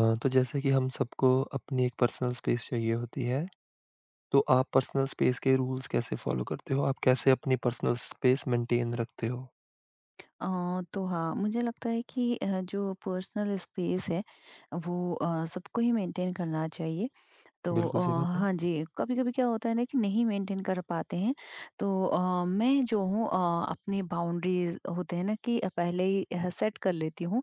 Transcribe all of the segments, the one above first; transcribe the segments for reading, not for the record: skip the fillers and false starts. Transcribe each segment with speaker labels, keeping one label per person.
Speaker 1: हाँ, तो जैसे कि हम सबको अपनी एक पर्सनल स्पेस चाहिए होती है, तो आप पर्सनल स्पेस के रूल्स कैसे फॉलो करते हो? आप कैसे अपनी पर्सनल स्पेस मेंटेन रखते हो?
Speaker 2: तो हाँ, मुझे लगता है कि जो पर्सनल स्पेस है वो सबको ही मेंटेन करना चाहिए। तो
Speaker 1: बिल्कुल सही बात है।
Speaker 2: हाँ जी, कभी-कभी क्या होता है ना कि नहीं मेंटेन कर पाते हैं तो मैं जो हूँ अपनी बाउंड्रीज़ होते हैं ना कि पहले ही सेट कर लेती हूँ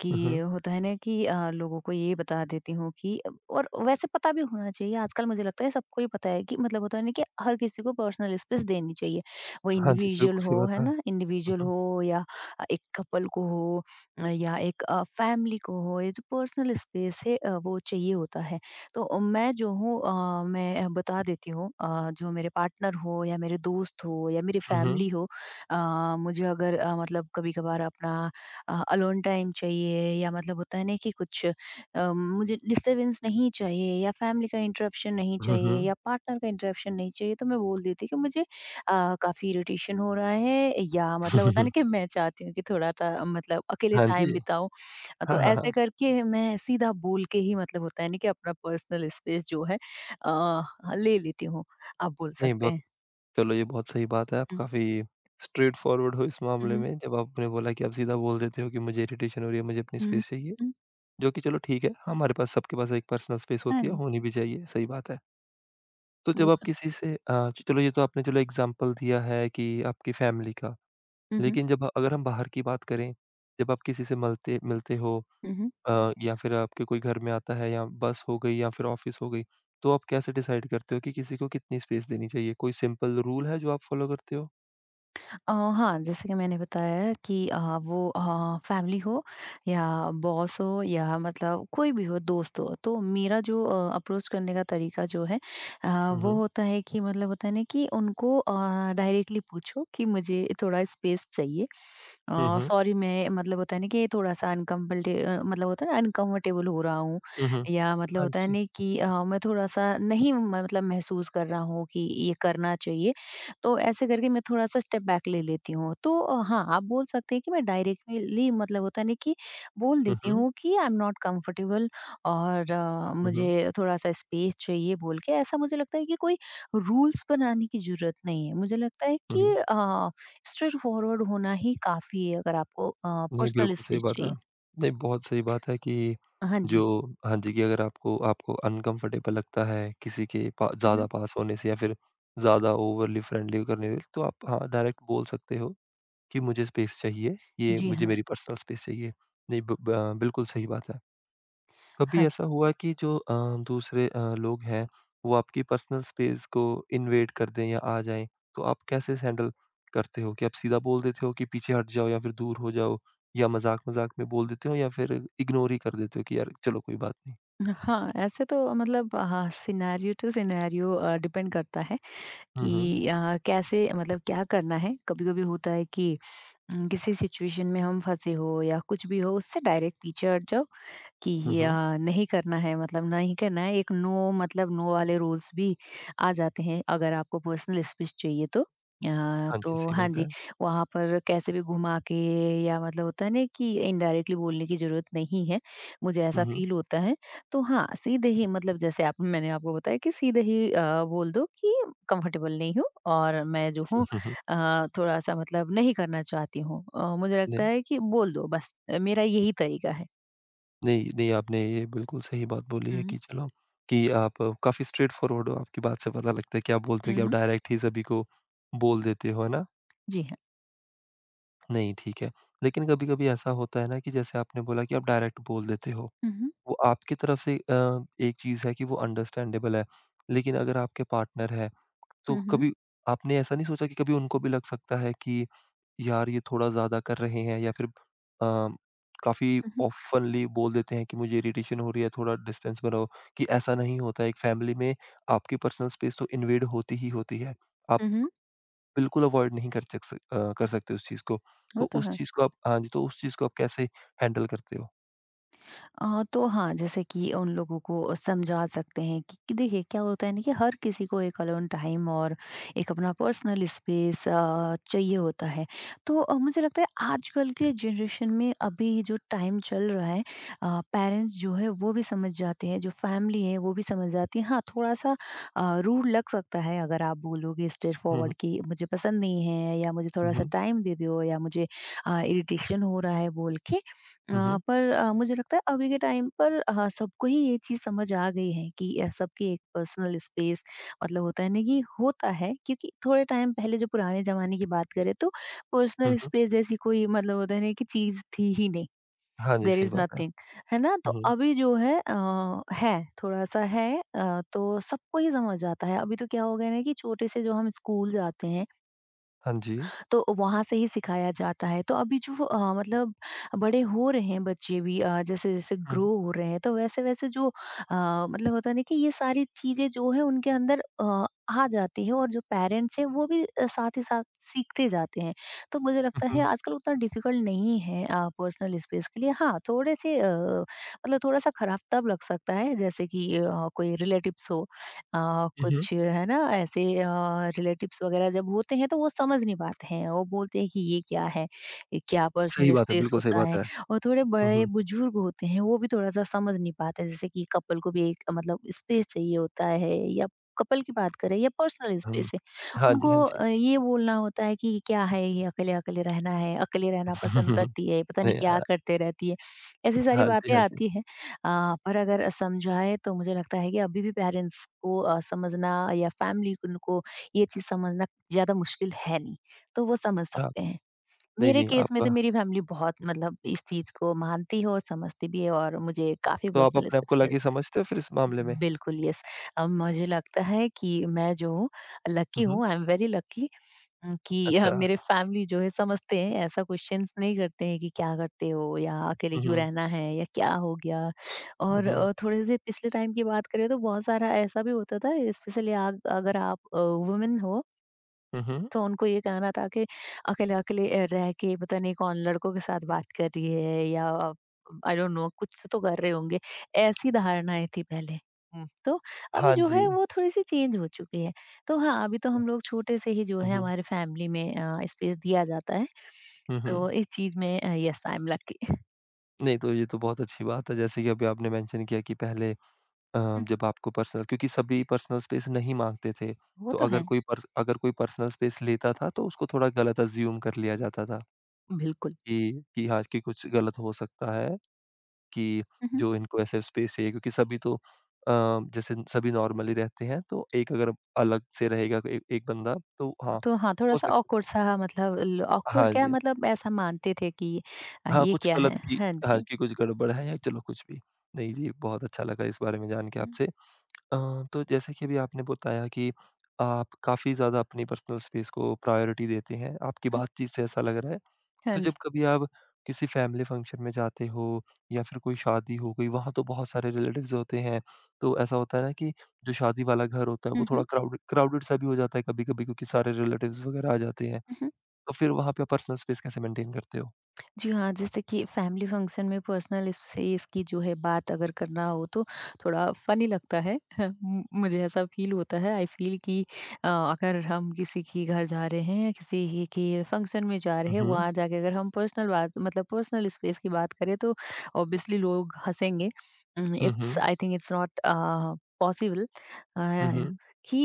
Speaker 2: कि
Speaker 1: हुँ,
Speaker 2: ये
Speaker 1: हुँ।
Speaker 2: होता है ना कि लोगों को ये बता देती हूँ कि और वैसे पता भी होना चाहिए आजकल मुझे लगता है सबको ही पता है कि मतलब होता है ना कि हर किसी को पर्सनल स्पेस देनी चाहिए। वो
Speaker 1: हाँ जी,
Speaker 2: इंडिविजुअल
Speaker 1: बिल्कुल सही
Speaker 2: हो
Speaker 1: बात
Speaker 2: है
Speaker 1: है।
Speaker 2: ना,
Speaker 1: हुँ,
Speaker 2: इंडिविजुअल
Speaker 1: हुँ।
Speaker 2: हो या एक कपल को हो, या एक फैमिली को हो, ये जो पर्सनल स्पेस है वो चाहिए होता है। तो मैं जो हूँ, मैं बता देती हूँ जो मेरे पार्टनर हो या मेरे दोस्त हो या मेरी
Speaker 1: हुँ, हुँ।
Speaker 2: फैमिली हो, अ, मुझे अगर मतलब कभी कभार अपना अलोन टाइम चाहिए या मतलब होता है ना कि कुछ मुझे डिस्टरबेंस नहीं चाहिए या फैमिली का इंटरप्शन नहीं
Speaker 1: हुँ,
Speaker 2: चाहिए
Speaker 1: हुँ।
Speaker 2: या पार्टनर का इंटरप्शन नहीं चाहिए तो मैं बोल देती कि मुझे काफी इरिटेशन हो रहा है या मतलब होता है ना कि मैं चाहती हूँ कि थोड़ा सा मतलब अकेले
Speaker 1: हाँ
Speaker 2: टाइम
Speaker 1: जी।
Speaker 2: बिताऊं। तो
Speaker 1: हाँ, हाँ, हाँ।
Speaker 2: ऐसे करके मैं सीधा बोल के ही मतलब होता है ना कि अपना पर्सनल स्पेस जो है अ, ले लेती हूँ। आप बोल
Speaker 1: नहीं
Speaker 2: सकते
Speaker 1: बहुत
Speaker 2: हैं।
Speaker 1: चलो ये बहुत सही बात है, आप
Speaker 2: हम्म,
Speaker 1: काफ़ी स्ट्रेट फॉरवर्ड हो इस मामले
Speaker 2: हम्म,
Speaker 1: में जब आपने बोला कि आप सीधा बोल देते हो कि मुझे इरिटेशन हो रही है, मुझे अपनी
Speaker 2: हम्म,
Speaker 1: स्पेस चाहिए,
Speaker 2: हम्म,
Speaker 1: जो कि चलो ठीक है, हमारे पास सबके पास एक पर्सनल स्पेस
Speaker 2: हाँ
Speaker 1: होती है,
Speaker 2: जी,
Speaker 1: होनी भी चाहिए, सही बात है। तो
Speaker 2: वो
Speaker 1: जब आप
Speaker 2: तो।
Speaker 1: किसी से चलो ये तो आपने चलो एग्ज़ाम्पल दिया है कि आपकी फैमिली का।
Speaker 2: हम्म, हम्म,
Speaker 1: लेकिन जब अगर हम बाहर की बात करें, जब आप किसी से मलते मिलते हो,
Speaker 2: हम्म।
Speaker 1: या फिर आपके कोई घर में आता है या बस हो गई या फिर ऑफ़िस हो गई, तो आप कैसे डिसाइड करते हो कि किसी को कितनी स्पेस देनी चाहिए? कोई सिंपल रूल है जो आप फ़ॉलो करते हो?
Speaker 2: हाँ, जैसे कि मैंने बताया कि वो फैमिली हो या बॉस हो या मतलब कोई भी हो, दोस्त हो, तो मेरा जो अप्रोच करने का तरीका जो है, अ,
Speaker 1: हुँ,
Speaker 2: वो
Speaker 1: हुँ।
Speaker 2: होता है कि मतलब होता है ना कि उनको डायरेक्टली पूछो कि मुझे थोड़ा स्पेस चाहिए।
Speaker 1: हुँ, हुँ।
Speaker 2: सॉरी, मैं मतलब होता है ना कि थोड़ा-सा मतलब होता है ना, अनकम्फर्टेबल हो रहा हूँ
Speaker 1: हुँ, हुँ।
Speaker 2: या मतलब
Speaker 1: हाँ
Speaker 2: होता है
Speaker 1: जी।
Speaker 2: ना कि मैं थोड़ा-सा नहीं म मतलब महसूस कर रहा हूँ कि ये करना चाहिए। तो ऐसे करके मैं थोड़ा-सा स्टेप बैक ले लेती हूँ। तो हाँ, आप बोल सकते हैं कि मैं डायरेक्टली मतलब होता है ना कि बोल
Speaker 1: हुँ,
Speaker 2: देती
Speaker 1: हुँ।
Speaker 2: हूँ कि आई एम नॉट कम्फर्टेबल और
Speaker 1: हुँ, हुँ।
Speaker 2: मुझे थोड़ा-सा स्पेस चाहिए बोल के। ऐसा मुझे लगता है कि कोई रूल्स बनाने की ज़रूरत नहीं है। मुझे लगता है
Speaker 1: हुँ,
Speaker 2: कि
Speaker 1: हुँ।
Speaker 2: स्ट्रेट फॉरवर्ड होना ही काफ़ी है अगर आपको
Speaker 1: नहीं,
Speaker 2: पर्सनल
Speaker 1: बिल्कुल सही
Speaker 2: स्पेस
Speaker 1: बात है।
Speaker 2: चाहिए।
Speaker 1: नहीं, बहुत सही बात है कि
Speaker 2: हाँ
Speaker 1: जो
Speaker 2: जी।
Speaker 1: हाँ जी, कि अगर आपको आपको अनकम्फ़र्टेबल लगता है किसी के पा
Speaker 2: हुँ,
Speaker 1: ज़्यादा
Speaker 2: हुँ।
Speaker 1: पास होने से या फिर ज़्यादा ओवरली फ्रेंडली करने से, तो आप हाँ, डायरेक्ट बोल सकते हो कि मुझे स्पेस चाहिए, ये
Speaker 2: जी
Speaker 1: मुझे
Speaker 2: हाँ।
Speaker 1: मेरी पर्सनल स्पेस चाहिए। नहीं, ब ब हाँ, बिल्कुल सही बात है। कभी
Speaker 2: हाँ,
Speaker 1: ऐसा हुआ कि जो दूसरे लोग हैं, वो आपकी पर्सनल स्पेस को इन्वेड कर दें या आ जाएँ, तो आप कैसे हैंडल करते हो? कि आप सीधा बोल देते हो कि पीछे हट जाओ या फिर दूर हो जाओ या मज़ाक-मज़ाक में बोल देते हो या फिर इग्नोर ही कर देते हो कि यार चलो कोई बात नहीं?
Speaker 2: हाँ, ऐसे तो मतलब हाँ, सिनेरियो टू सिनेरियो डिपेंड करता है।
Speaker 1: हुँ, हुँ।
Speaker 2: कि कैसे मतलब क्या करना है, कभी-कभी होता है कि किसी सिचुएशन में हम फँसे हो या कुछ भी हो उससे डायरेक्ट टीचर जो कि
Speaker 1: हुँ,
Speaker 2: ये,
Speaker 1: हुँ।
Speaker 2: नहीं करना है मतलब नहीं करना है, एक नो मतलब नो वाले रूल्स भी आ जाते हैं अगर आपको पर्सनल स्पेस चाहिए तो।
Speaker 1: हाँ जी,
Speaker 2: तो
Speaker 1: सही
Speaker 2: हाँ
Speaker 1: बात
Speaker 2: जी,
Speaker 1: है।
Speaker 2: वहाँ पर कैसे भी घुमा के या मतलब होता है ना कि इनडायरेक्टली बोलने की ज़रूरत नहीं है, मुझे
Speaker 1: हुँ,
Speaker 2: ऐसा
Speaker 1: हुँ।
Speaker 2: फ़ील होता है। तो हाँ, सीधे ही मतलब जैसे आप मैंने आपको बताया कि सीधे ही बोल दो कि कंफर्टेबल नहीं हूँ और मैं जो हूँ थोड़ा-सा मतलब नहीं करना चाहती हूँ। मुझे लगता
Speaker 1: नहीं,
Speaker 2: है कि बोल दो बस, मेरा यही तरीका है।
Speaker 1: नहीं, नहीं आपने ये बिल्कुल सही बात बोली है
Speaker 2: हुँ,
Speaker 1: कि चलो कि आप काफ़ी स्ट्रेट फॉरवर्ड हो, आपकी बात से पता लगता है कि आप बोलते हो
Speaker 2: हुँ,
Speaker 1: कि आप
Speaker 2: हुँ।
Speaker 1: डायरेक्ट ही सभी को बोल देते हो, है ना?
Speaker 2: जी हाँ।
Speaker 1: नहीं, ठीक है। लेकिन कभी-कभी ऐसा होता है ना कि जैसे आपने बोला कि आप डायरेक्ट बोल देते हो।
Speaker 2: हुँ, हुँ।
Speaker 1: वो आपकी तरफ से एक चीज़ है कि वो अंडरस्टैंडेबल है। लेकिन अगर आपके पार्टनर हैं, तो
Speaker 2: हुँ, हुँ।
Speaker 1: कभी आपने ऐसा नहीं सोचा कि कभी उनको भी लग सकता है कि यार ये थोड़ा ज़्यादा कर रहे हैं या फिर काफ़ी
Speaker 2: हुँ, हुँ।
Speaker 1: ऑफ़नली बोल देते हैं कि मुझे इरिटेशन हो रही है, थोड़ा डिस्टेंस बनाओ, कि ऐसा नहीं होता है। एक फैमिली में आपकी पर्सनल स्पेस तो इन्वेड होती ही होती है। आप
Speaker 2: हुँ, हुँ।
Speaker 1: बिल्कुल अवॉइड नहीं कर चक सक अ, कर सकते उस चीज़ को।
Speaker 2: वो
Speaker 1: तो
Speaker 2: तो
Speaker 1: उस
Speaker 2: है।
Speaker 1: चीज़ को आप हाँ जी, तो उस चीज़ को आप कैसे हैंडल करते हो?
Speaker 2: तो हाँ, जैसे कि उन लोगों को समझा सकते हैं कि देखिए क्या होता है ना कि हर किसी को एक अलोन टाइम और एक अपना पर्सनल स्पेस चाहिए होता है। तो मुझे लगता है आजकल के जनरेशन में अभी जो टाइम चल रहा है, पेरेंट्स जो है वो भी समझ जाते हैं, जो फैमिली है वो भी समझ जाती है। हाँ, थोड़ा-सा रूड लग सकता है अगर आप बोलोगे स्ट्रेट
Speaker 1: हुँ,
Speaker 2: फॉरवर्ड
Speaker 1: हुँ।
Speaker 2: कि मुझे पसंद नहीं है या मुझे
Speaker 1: हुँ,
Speaker 2: थोड़ा-सा
Speaker 1: हुँ।
Speaker 2: टाइम दे दो या मुझे इरिटेशन हो रहा है बोल के।
Speaker 1: हुँ, हुँ।
Speaker 2: पर मुझे लगता है अभी के टाइम पर सबको ही ये चीज़ समझ आ गई है कि सबकी एक पर्सनल स्पेस मतलब होता है ना कि होता है, क्योंकि थोड़े टाइम पहले जो पुराने ज़माने की बात करें तो
Speaker 1: हुँ,
Speaker 2: पर्सनल
Speaker 1: हुँ।
Speaker 2: स्पेस जैसी कोई मतलब होता है ना कि चीज़ थी ही नहीं।
Speaker 1: हाँ जी,
Speaker 2: देयर
Speaker 1: सही
Speaker 2: इज़
Speaker 1: बात है।
Speaker 2: नथिंग, है ना? तो
Speaker 1: हुँ, हुँ।
Speaker 2: अभी जो है है थोड़ा-सा है, तो सबको ही समझ आता है। अभी तो क्या हो गया ना कि छोटे से जो हम स्कूल जाते हैं
Speaker 1: हाँ जी।
Speaker 2: तो वहाँ से ही सिखाया जाता है। तो अभी जो मतलब बड़े हो रहे हैं बच्चे भी, जैसे-जैसे
Speaker 1: हुँ,
Speaker 2: ग्रो हो रहे हैं, तो वैसे-वैसे जो मतलब होता है ना कि ये सारी चीज़ें जो है उनके अंदर आ जाती है और जो पेरेंट्स हैं वो भी साथ ही साथ सीखते जाते हैं। तो मुझे
Speaker 1: हुँ,
Speaker 2: लगता है
Speaker 1: हुँ,
Speaker 2: आजकल उतना डिफ़िकल्ट नहीं है पर्सनल स्पेस के लिए। हाँ, थोड़े से मतलब थोड़ा-सा खराब तब लग सकता है जैसे कि कोई रिलेटिव्स हो,
Speaker 1: हुँ, हुँ।
Speaker 2: कुछ है ना ऐसे रिलेटिव्स वगैरह, जब होते हैं तो वो समझ नहीं पाते हैं, वो बोलते हैं कि ये क्या है? ये क्या
Speaker 1: सही
Speaker 2: पर्सनल
Speaker 1: बात है,
Speaker 2: स्पेस
Speaker 1: बिल्कुल सही
Speaker 2: होता
Speaker 1: बात
Speaker 2: है?
Speaker 1: है।
Speaker 2: और थोड़े
Speaker 1: हुँ,
Speaker 2: बड़े
Speaker 1: हुँ।
Speaker 2: बुजुर्ग होते हैं, वो भी थोड़ा-सा समझ नहीं पाते, जैसे कि कपल को भी एक मतलब स्पेस चाहिए होता है या कपल की बात करें या पर्सनल
Speaker 1: हुँ।
Speaker 2: स्पेस है।
Speaker 1: हाँ
Speaker 2: उनको
Speaker 1: जी, हाँ जी।
Speaker 2: ये बोलना होता है कि क्या है ये अकेले-अकेले रहना है, अकेले रहना पसंद करती है, पता नहीं
Speaker 1: नहीं
Speaker 2: क्या करते रहती है। ऐसी सारी
Speaker 1: हाँ जी,
Speaker 2: बातें
Speaker 1: हाँ जी।
Speaker 2: आती हैं। अ, पर अगर समझाएँ तो मुझे लगता है कि अभी भी पेरेंट्स को समझना या फैमिली उनको ये चीज़ समझना ज़्यादा मुश्किल है नहीं, तो वो समझ
Speaker 1: हाँ,
Speaker 2: सकते हैं।
Speaker 1: नहीं,
Speaker 2: मेरे
Speaker 1: नहीं
Speaker 2: केस में तो
Speaker 1: आपका
Speaker 2: मेरी फैमिली बहुत मतलब इस चीज़ को मानती है और समझती भी है और मुझे काफ़ी
Speaker 1: तो आप
Speaker 2: पर्सनल
Speaker 1: अपने आप को
Speaker 2: स्पेस मिल।
Speaker 1: लकी समझते हो फिर इस मामले में?
Speaker 2: बिल्कुल, येस। मुझे लगता है कि मैं जो हूँ लकी
Speaker 1: हुँ, हुँ।
Speaker 2: हूँ, आई एम वेरी लकी। कि
Speaker 1: अच्छा।
Speaker 2: मेरे फैमिली जो है समझते हैं, ऐसा क्वेश्चन्स नहीं करते हैं कि क्या करते हो या अकेले
Speaker 1: हुँ,
Speaker 2: क्यों
Speaker 1: हुँ।
Speaker 2: रहना है या क्या हो गया?
Speaker 1: हुँ,
Speaker 2: और
Speaker 1: हुँ।
Speaker 2: थोड़े से पिछले टाइम की बात करें तो बहुत सारा ऐसा भी होता था, स्पेशली आग अगर आप वुमेन हो
Speaker 1: हुँ, हुँ।
Speaker 2: तो उनको ये कहना था कि अकेले-अकेले रह के पता नहीं कौन लड़कों के साथ बात कर रही है या आई डोंट नो कुछ तो कर रहे होंगे। ऐसी धारणाएँ थी पहले। हुँ। तो अभी
Speaker 1: हाँ
Speaker 2: जो है
Speaker 1: जी।
Speaker 2: वो थोड़ी-सी चेंज हो चुकी है। तो हाँ, अभी तो हम लोग छोटे से ही जो
Speaker 1: हुँ,
Speaker 2: है
Speaker 1: हुँ।
Speaker 2: हमारे फैमिली में स्पेस दिया जाता है।
Speaker 1: हुँ, हुँ।
Speaker 2: तो इस चीज़ में येस आई एम लकी।
Speaker 1: नहीं, तो ये तो बहुत अच्छी बात है। जैसे कि अभी आपने मेंशन किया कि पहले अ,
Speaker 2: हुँ, हुँ।
Speaker 1: जब आपको पर्सनल क्योंकि सभी पर्सनल स्पेस नहीं माँगते थे,
Speaker 2: वो
Speaker 1: तो
Speaker 2: तो
Speaker 1: अगर
Speaker 2: है।
Speaker 1: कोई पर्सनल स्पेस लेता था, तो उसको थोड़ा गलत अस्यूम कर लिया जाता था
Speaker 2: बिल्कुल।
Speaker 1: कि हाँ, कि कुछ गलत हो सकता है कि
Speaker 2: उहुँ।
Speaker 1: जो इनको ऐसे स्पेस चाहिए क्योंकि सभी तो अ, जैसे सभी नॉर्मली रहते हैं, तो एक अगर अलग से रहेगा ए एक बंदा, तो हाँ,
Speaker 2: तो हाँ,
Speaker 1: हो
Speaker 2: थोड़ा-सा
Speaker 1: सकता
Speaker 2: ऑकवर्ड सा मतलब ल ऑकवर्ड
Speaker 1: हाँ
Speaker 2: क्या
Speaker 1: जी।
Speaker 2: मतलब ऐसा मानते थे कि
Speaker 1: हाँ,
Speaker 2: ये
Speaker 1: कुछ
Speaker 2: क्या
Speaker 1: गलत
Speaker 2: है?
Speaker 1: की
Speaker 2: हाँ
Speaker 1: हाँ,
Speaker 2: जी।
Speaker 1: कि कुछ गड़बड़ है या चलो कुछ भी। नहीं जी, बहुत अच्छा लगा इस बारे में जान के
Speaker 2: हुँ।
Speaker 1: आपसे। अ, तो जैसे कि अभी आपने बताया कि आप काफ़ी ज़्यादा अपनी पर्सनल स्पेस को प्रायोरिटी देते हैं, आपकी बातचीत से ऐसा लग रहा है। तो
Speaker 2: And.
Speaker 1: जब कभी आप किसी फैमिली फंक्शन में जाते हो या फिर कोई शादी हो गई, वहाँ तो बहुत सारे रिलेटिव्स होते हैं। तो ऐसा होता है ना कि जो शादी वाला घर होता है, वो थोड़ा
Speaker 2: Mhm.
Speaker 1: क्राउडेड क्राउडेड सा भी हो जाता है कभी-कभी क्योंकि सारे रिलेटिव्स वगैरह आ जाते हैं।
Speaker 2: Mhm.
Speaker 1: तो फिर वहाँ पे आप पर्सनल स्पेस कैसे मेंटेन करते हो?
Speaker 2: जी हाँ, जैसे कि फैमिली फंक्शन में पर्सनल स्पेस की जो है बात अगर करना हो तो थोड़ा फ़नी लगता है। म मुझे ऐसा फ़ील होता है, आई फ़ील कि अगर हम किसी के घर जा रहे हैं या किसी ही के फंक्शन में जा रहे
Speaker 1: हुँ,
Speaker 2: हैं,
Speaker 1: हुँ।
Speaker 2: वहाँ जाके अगर हम पर्सनल बात मतलब पर्सनल स्पेस की बात करें तो ऑब्वियसली लोग हँसेंगे।
Speaker 1: Hmm,
Speaker 2: it's
Speaker 1: hmm.
Speaker 2: I think it's not possible,
Speaker 1: hmm,
Speaker 2: uh,
Speaker 1: hmm.
Speaker 2: कि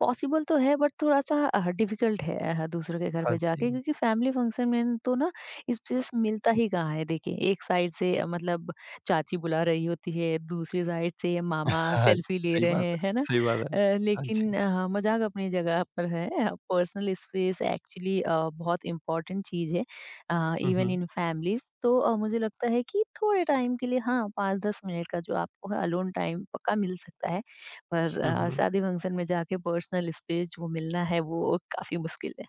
Speaker 2: पॉसिबल तो है बट थोड़ा-सा डिफ़िकल्ट है दूसरों के घर
Speaker 1: हाँ
Speaker 2: पे जाके
Speaker 1: जी।
Speaker 2: क्योंकि फैमिली फंक्शन में तो ना इससे स मिलता ही कहाँ है देखिए, एक साइड से मतलब चाची बुला रही होती है, दूसरी साइड से मामा
Speaker 1: हाँ,
Speaker 2: सेल्फी ले
Speaker 1: सही
Speaker 2: रहे
Speaker 1: बात
Speaker 2: हैं,
Speaker 1: है।
Speaker 2: है ना?
Speaker 1: सही बात है। हाँ
Speaker 2: लेकिन
Speaker 1: जी।
Speaker 2: मज़ाक अपनी जगह पर है। पर्सनल स्पेस एक्चुअली बहुत इम्पोर्टेंट चीज़ है,
Speaker 1: hmm,
Speaker 2: even
Speaker 1: hmm.
Speaker 2: In families. तो मुझे लगता है कि थोड़े टाइम के लिए हाँ, 5-10 मिनट का जो आपको है अलोन टाइम पक्का मिल सकता है, पर
Speaker 1: हुँ, हुँ।
Speaker 2: शादी फंक्शन में जाके पर्सनल स्पेस जो मिलना है, वो काफ़ी मुश्किल है।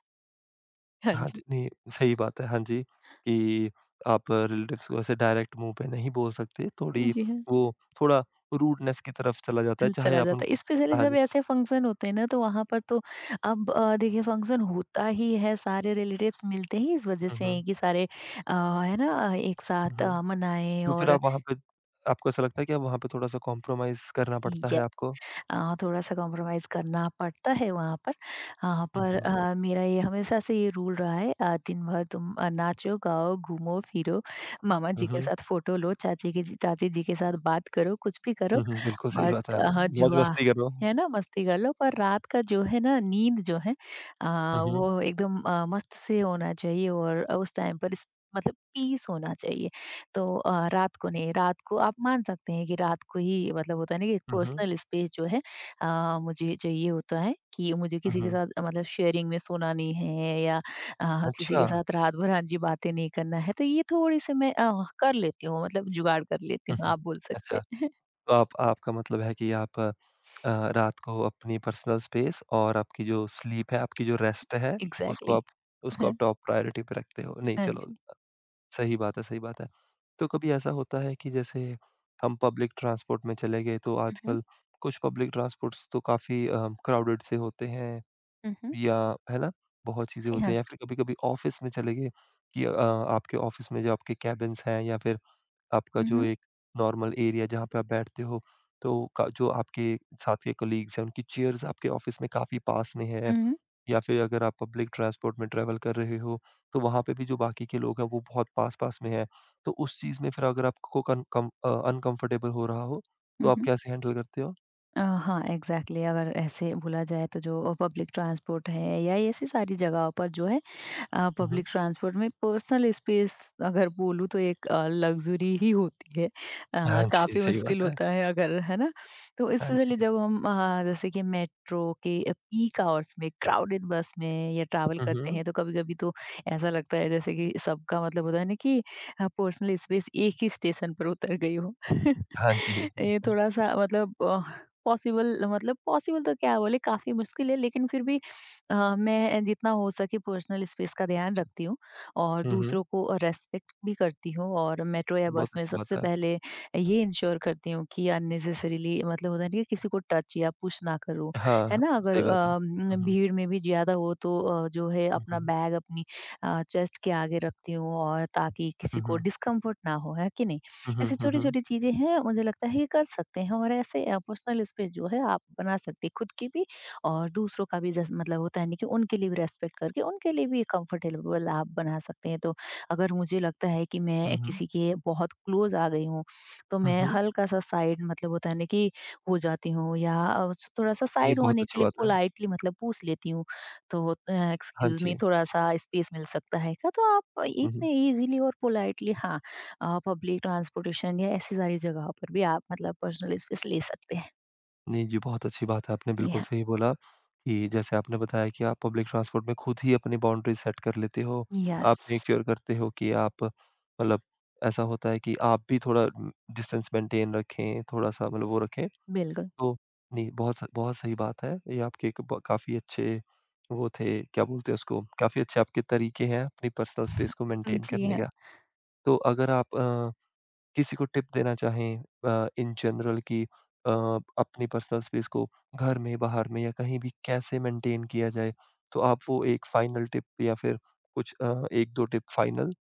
Speaker 2: हाँ
Speaker 1: हाँ
Speaker 2: जी।
Speaker 1: जी, नहीं सही बात है, हाँ जी, कि आप रिलेटिव्स को ऐसे डायरेक्ट मुँह पे नहीं बोल सकते, थोड़ी
Speaker 2: जी हाँ।
Speaker 1: वो थोड़ा रूडनेस की तरफ चला जाता है, चाहे
Speaker 2: चला
Speaker 1: आप
Speaker 2: जाता है।
Speaker 1: उनको
Speaker 2: स्पेशली
Speaker 1: हाँ
Speaker 2: जब
Speaker 1: जी,
Speaker 2: ऐसे फंक्शन होते हैं ना तो वहाँ पर तो अब देखिए, फंक्शन होता ही है, सारे रिलेटिव्स मिलते ही इस वजह
Speaker 1: हुँ,
Speaker 2: से
Speaker 1: हुँ,
Speaker 2: हैं कि सारे है ना, एक
Speaker 1: हुँ,
Speaker 2: साथ
Speaker 1: हुँ,
Speaker 2: मनाएं
Speaker 1: तो फिर
Speaker 2: और
Speaker 1: आप वहाँ पे आपको ऐसा लगता है कि अब वहाँ पे थोड़ा-सा कॉम्प्रोमाइज़ करना पड़ता है आपको?
Speaker 2: थोड़ा-सा कॉम्प्रोमाइज़ करना पड़ता है वहाँ पर।
Speaker 1: हुँ,
Speaker 2: पर
Speaker 1: हुँ,
Speaker 2: मेरा ये हमेशा से ये रूल रहा है, दिन भर तुम नाचो, गाओ, घूमो, फिरो, मामा
Speaker 1: हुँ,
Speaker 2: जी के
Speaker 1: हुँ,
Speaker 2: साथ फ़ोटो लो, चाची के चाची जी के साथ बात करो, कुछ भी करो,
Speaker 1: हुँ, हुँ, बिल्कुल सही
Speaker 2: बट
Speaker 1: बात है, आप
Speaker 2: जुआ
Speaker 1: मौज-मस्ती कर रहे हो।
Speaker 2: है ना, मस्ती कर लो। पर रात का जो है ना, नींद जो है अ,
Speaker 1: हुँ, हुँ,
Speaker 2: वो एकदम मस्त से होना चाहिए और उस टाइम पर इस मतलब पीस होना चाहिए। तो रात को नहीं, रात को आप मान सकते हैं कि रात को ही मतलब होता है ना कि एक
Speaker 1: हुँ, हुँ,
Speaker 2: पर्सनल स्पेस जो है, मुझे चाहिए होता है कि मुझे
Speaker 1: हुँ,
Speaker 2: किसी के
Speaker 1: हुँ,
Speaker 2: साथ मतलब शेयरिंग में सोना नहीं है या किसी
Speaker 1: अच्छा,
Speaker 2: के साथ रात भर हाँ जी बातें नहीं करना है, तो ये थोड़ी सी मैं कर लेती हूँ, मतलब जुगाड़ कर लेती
Speaker 1: हुँ,
Speaker 2: हूँ
Speaker 1: हुँ,
Speaker 2: आप बोल सकते
Speaker 1: अच्छा,
Speaker 2: हैं।
Speaker 1: तो आप आपका मतलब है कि आप अ, रात को अपनी पर्सनल स्पेस और आपकी जो स्लीप है, आपकी जो रेस्ट है, उसको
Speaker 2: एग्जैक्टली
Speaker 1: आप उसको
Speaker 2: exactly.
Speaker 1: आप टॉप प्रायोरिटी पे रखते हो। नहीं
Speaker 2: हाँ
Speaker 1: चलो
Speaker 2: जी।
Speaker 1: अ, सही बात है, सही बात है। तो कभी ऐसा होता है कि जैसे हम पब्लिक ट्रांसपोर्ट में चले गए तो
Speaker 2: हम्म।
Speaker 1: आजकल कुछ पब्लिक ट्रांसपोर्ट्स तो काफ़ी क्राउडेड से होते हैं
Speaker 2: हम्म।
Speaker 1: या है ना? बहुत चीज़ें
Speaker 2: जी
Speaker 1: होती
Speaker 2: हाँ।
Speaker 1: हैं या फिर कभी-कभी ऑफ़िस में चले गए कि आपके ऑफ़िस में जो आपके केबिन्स हैं या फिर आपका जो
Speaker 2: हम्म।
Speaker 1: एक नॉर्मल एरिया जहाँ पे आप बैठते हो, तो का जो आपके साथ के कलीग्स हैं, उनकी चेयर्स आपके ऑफ़िस में काफ़ी पास में है
Speaker 2: हम्म।
Speaker 1: या फिर अगर आप पब्लिक ट्रांसपोर्ट में ट्रैवल कर रहे हो, तो वहाँ पे भी जो बाकी के लोग हैं, वो बहुत पास-पास में हैं। तो उस चीज़ में फिर अगर आपको अनकम्फ़र्टेबल हो रहा हो, तो आप
Speaker 2: हम्म।
Speaker 1: कैसे हैंडल करते हो?
Speaker 2: हाँ, एग्जैक्टली exactly, अगर ऐसे बोला जाए तो जो पब्लिक ट्रांसपोर्ट है या ऐसी सारी जगहों पर जो है,
Speaker 1: हुँ,
Speaker 2: पब्लिक
Speaker 1: हुँ।
Speaker 2: ट्रांसपोर्ट में पर्सनल स्पेस अगर बोलूँ तो एक लग्जरी ही होती है।
Speaker 1: हाँ जी,
Speaker 2: काफ़ी
Speaker 1: सही
Speaker 2: मुश्किल
Speaker 1: बात है।
Speaker 2: होता है, अगर है ना, तो
Speaker 1: हाँ जी।
Speaker 2: स्पेशली जब हम जैसे कि मेट्रो के पीक आवर्स में क्राउडेड बस में या ट्रैवल
Speaker 1: हुँ,
Speaker 2: करते
Speaker 1: हुँ।
Speaker 2: हैं तो कभी कभी तो ऐसा लगता है जैसे कि सबका मतलब होता है ना कि पर्सनल स्पेस एक ही स्टेशन पर उतर गई हो।
Speaker 1: हाँ जी।
Speaker 2: ये थोड़ा सा मतलब पॉसिबल, मतलब पॉसिबल तो क्या बोले, काफी मुश्किल है, लेकिन फिर भी मैं जितना हो सके पर्सनल स्पेस का ध्यान रखती हूँ और
Speaker 1: हुँ, हुँ।
Speaker 2: दूसरों को रेस्पेक्ट भी करती हूँ, और मेट्रो या
Speaker 1: बहुत
Speaker 2: बस में
Speaker 1: अच्छी बात
Speaker 2: सबसे
Speaker 1: है।
Speaker 2: पहले ये इंश्योर करती हूँ कि अननेसेसरीली मतलब होता नहीं है, किसी को टच या पुश ना करूँ। है
Speaker 1: हाँ,
Speaker 2: ना? अगर
Speaker 1: सही बात है। हुँ, हुँ।
Speaker 2: भीड़ में भी ज़्यादा हो तो जो है
Speaker 1: हुँ,
Speaker 2: अपना
Speaker 1: हुँ।
Speaker 2: बैग अपनी चेस्ट के आगे रखती हूँ और ताकि किसी
Speaker 1: हुँ,
Speaker 2: को
Speaker 1: हुँ।
Speaker 2: डिस्कम्फर्ट ना हो, है कि नहीं।
Speaker 1: हुँ, हुँ,
Speaker 2: ऐसी
Speaker 1: हुँ,
Speaker 2: छोटी
Speaker 1: हुँ।
Speaker 2: छोटी चीज़ें हैं, मुझे लगता है ये कर सकते हैं और ऐसे पर्सनल स्पेस जो है आप बना सकते हैं खुद की भी और दूसरों का भी, जैसे मतलब होता है ना कि उनके लिए भी रेस्पेक्ट करके उनके लिए भी कंफर्टेबल आप बना सकते हैं। तो अगर मुझे लगता है कि
Speaker 1: हुँ,
Speaker 2: मैं
Speaker 1: हुँ।
Speaker 2: किसी के बहुत क्लोज आ गई हूँ, तो
Speaker 1: हुँ,
Speaker 2: मैं
Speaker 1: हुँ।
Speaker 2: हल्का सा साइड मतलब होता है ना कि हो जाती हूँ या थोड़ा-सा
Speaker 1: नहीं,
Speaker 2: साइड
Speaker 1: बहुत
Speaker 2: होने के
Speaker 1: अच्छी
Speaker 2: लिए
Speaker 1: बात है।
Speaker 2: पोलाइटली मतलब पूछ लेती हूँ। तो
Speaker 1: हाँ
Speaker 2: एक्सक्यूज़ मी,
Speaker 1: जी।
Speaker 2: थोड़ा-सा स्पेस मिल सकता है क्या? तो आप
Speaker 1: हुँ, हुँ।
Speaker 2: इतने ईज़िली और पोलाइटली हाँ पब्लिक ट्रांसपोर्टेशन या ऐसी सारी जगहों पर भी आप मतलब पर्सनल स्पेस ले सकते हैं।
Speaker 1: नहीं, ये बहुत अच्छी बात है, आपने
Speaker 2: जी
Speaker 1: बिल्कुल
Speaker 2: हाँ।
Speaker 1: सही बोला कि जैसे आपने बताया कि आप पब्लिक ट्रांसपोर्ट में खुद ही अपनी बाउंड्रीज़ सेट कर लेते हो। आप
Speaker 2: यस,
Speaker 1: मेक श्योर करते हो कि आप मतलब ऐसा होता है कि आप भी थोड़ा डिस्टेंस मेंटेन रखें, थोड़ा-सा मतलब वो रखें।
Speaker 2: बिल्कुल।
Speaker 1: तो नहीं, बहुत सही बात है। ये आपके एक ब काफ़ी अच्छे वो थे, क्या बोलते हैं उसको, काफ़ी अच्छे आपके तरीके हैं अपनी पर्सनल स्पेस को मेंटेन
Speaker 2: जी
Speaker 1: करने
Speaker 2: हाँ।
Speaker 1: का। तो अगर आप किसी को टिप देना चाहें इन जनरल कि अपनी पर्सनल स्पेस को घर में, बाहर में या कहीं भी कैसे मेंटेन किया जाए? तो आप वो एक फाइनल टिप या फिर कुछ 1-2 टिप फाइनल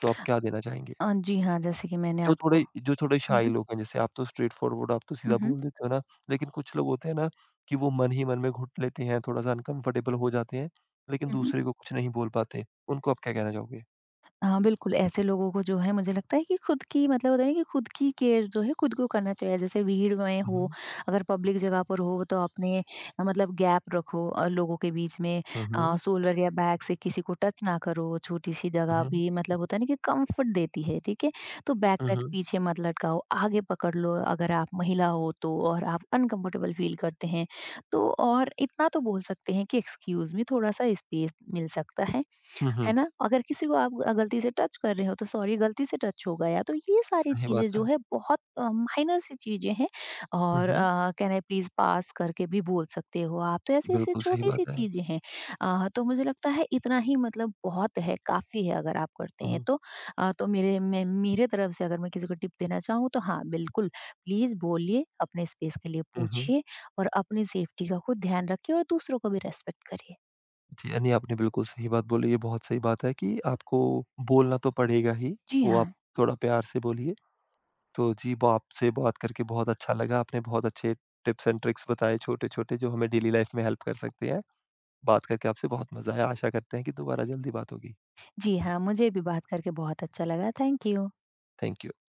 Speaker 1: तो आप क्या देना चाहेंगे?
Speaker 2: जी हाँ, जैसे कि मैंने आपको
Speaker 1: जो थोड़े
Speaker 2: हुँ,
Speaker 1: शाय लोग हैं जैसे आप तो स्ट्रेट फॉरवर्ड आप तो
Speaker 2: हुँ,
Speaker 1: सीधा
Speaker 2: हुँ,
Speaker 1: बोल देते हो ना, लेकिन कुछ लोग होते हैं ना कि वो मन ही मन में घुट लेते हैं, थोड़ा-सा अनकंफर्टेबल हो जाते हैं, लेकिन
Speaker 2: हुँ,
Speaker 1: दूसरे को कुछ नहीं बोल पाते। उनको आप क्या कहना चाहोगे?
Speaker 2: हाँ, बिल्कुल, ऐसे लोगों को जो है मुझे लगता है कि खुद की मतलब होता है ना कि खुद की केयर जो है खुद को करना चाहिए। जैसे भीड़ में
Speaker 1: हुँ,
Speaker 2: हो,
Speaker 1: हुँ।
Speaker 2: अगर पब्लिक जगह पर हो तो अपने मतलब गैप रखो लोगों के बीच में,
Speaker 1: हुँ, हुँ।
Speaker 2: शोल्डर या बैक से किसी को टच ना करो, छोटी-सी
Speaker 1: हुँ,
Speaker 2: जगह
Speaker 1: हुँ।
Speaker 2: भी मतलब होता है ना कि कम्फर्ट देती है, ठीक है? तो
Speaker 1: हुँ,
Speaker 2: बैकपैक
Speaker 1: हुँ।
Speaker 2: पीछे मत लटकाओ, आगे पकड़ लो, अगर आप महिला हो तो और आप अनकम्फर्टेबल फ़ील करते हैं, तो और इतना तो बोल सकते हैं कि एक्सक्यूज़ मी, थोड़ा-सा स्पेस मिल सकता है।
Speaker 1: हुँ,
Speaker 2: है
Speaker 1: हुँ।
Speaker 2: ना? अगर किसी को आप गलती से टच कर रहे हो तो सॉरी, गलती से टच हो गया। तो ये सारी
Speaker 1: सही
Speaker 2: चीज़ें
Speaker 1: बात
Speaker 2: जो
Speaker 1: है।
Speaker 2: है बहुत माइनर सी चीज़ें हैं
Speaker 1: हुँ,
Speaker 2: और
Speaker 1: हुँ।
Speaker 2: कैन आई प्लीज़ पास करके भी बोल सकते हो आप। तो ऐसी-ऐसी
Speaker 1: बिल्कुल सही
Speaker 2: छोटी-सी
Speaker 1: बात है।
Speaker 2: चीज़ें हैं। तो मुझे लगता है इतना ही मतलब बहुत है, काफ़ी है अगर आप करते
Speaker 1: हुँ,
Speaker 2: हैं
Speaker 1: हुँ।
Speaker 2: तो। तो मेरे तरफ से अगर मैं किसी को टिप देना चाहूँ तो हाँ, बिल्कुल, प्लीज़ बोलिए, अपने स्पेस के लिए
Speaker 1: हुँ, हुँ।
Speaker 2: पूछिए और अपनी सेफ्टी का खुद ध्यान रखिए और दूसरों को भी रिस्पेक्ट करिए।
Speaker 1: जी, यानी आपने बिल्कुल सही बात बोली, ये बहुत सही बात है कि आपको बोलना तो पड़ेगा ही,
Speaker 2: जी
Speaker 1: वो आप
Speaker 2: हाँ।
Speaker 1: थोड़ा प्यार से बोलिए। तो जी, ब आपसे बात करके बहुत अच्छा लगा, आपने बहुत अच्छे टिप्स एंड ट्रिक्स बताए छोटे-छोटे जो हमें डेली लाइफ़ में हेल्प कर सकते हैं। बात करके आपसे बहुत मज़ा आया, आशा करते हैं कि दोबारा जल्दी बात होगी।
Speaker 2: जी हाँ, मुझे भी बात करके बहुत अच्छा लगा। Thank you.
Speaker 1: Thank you.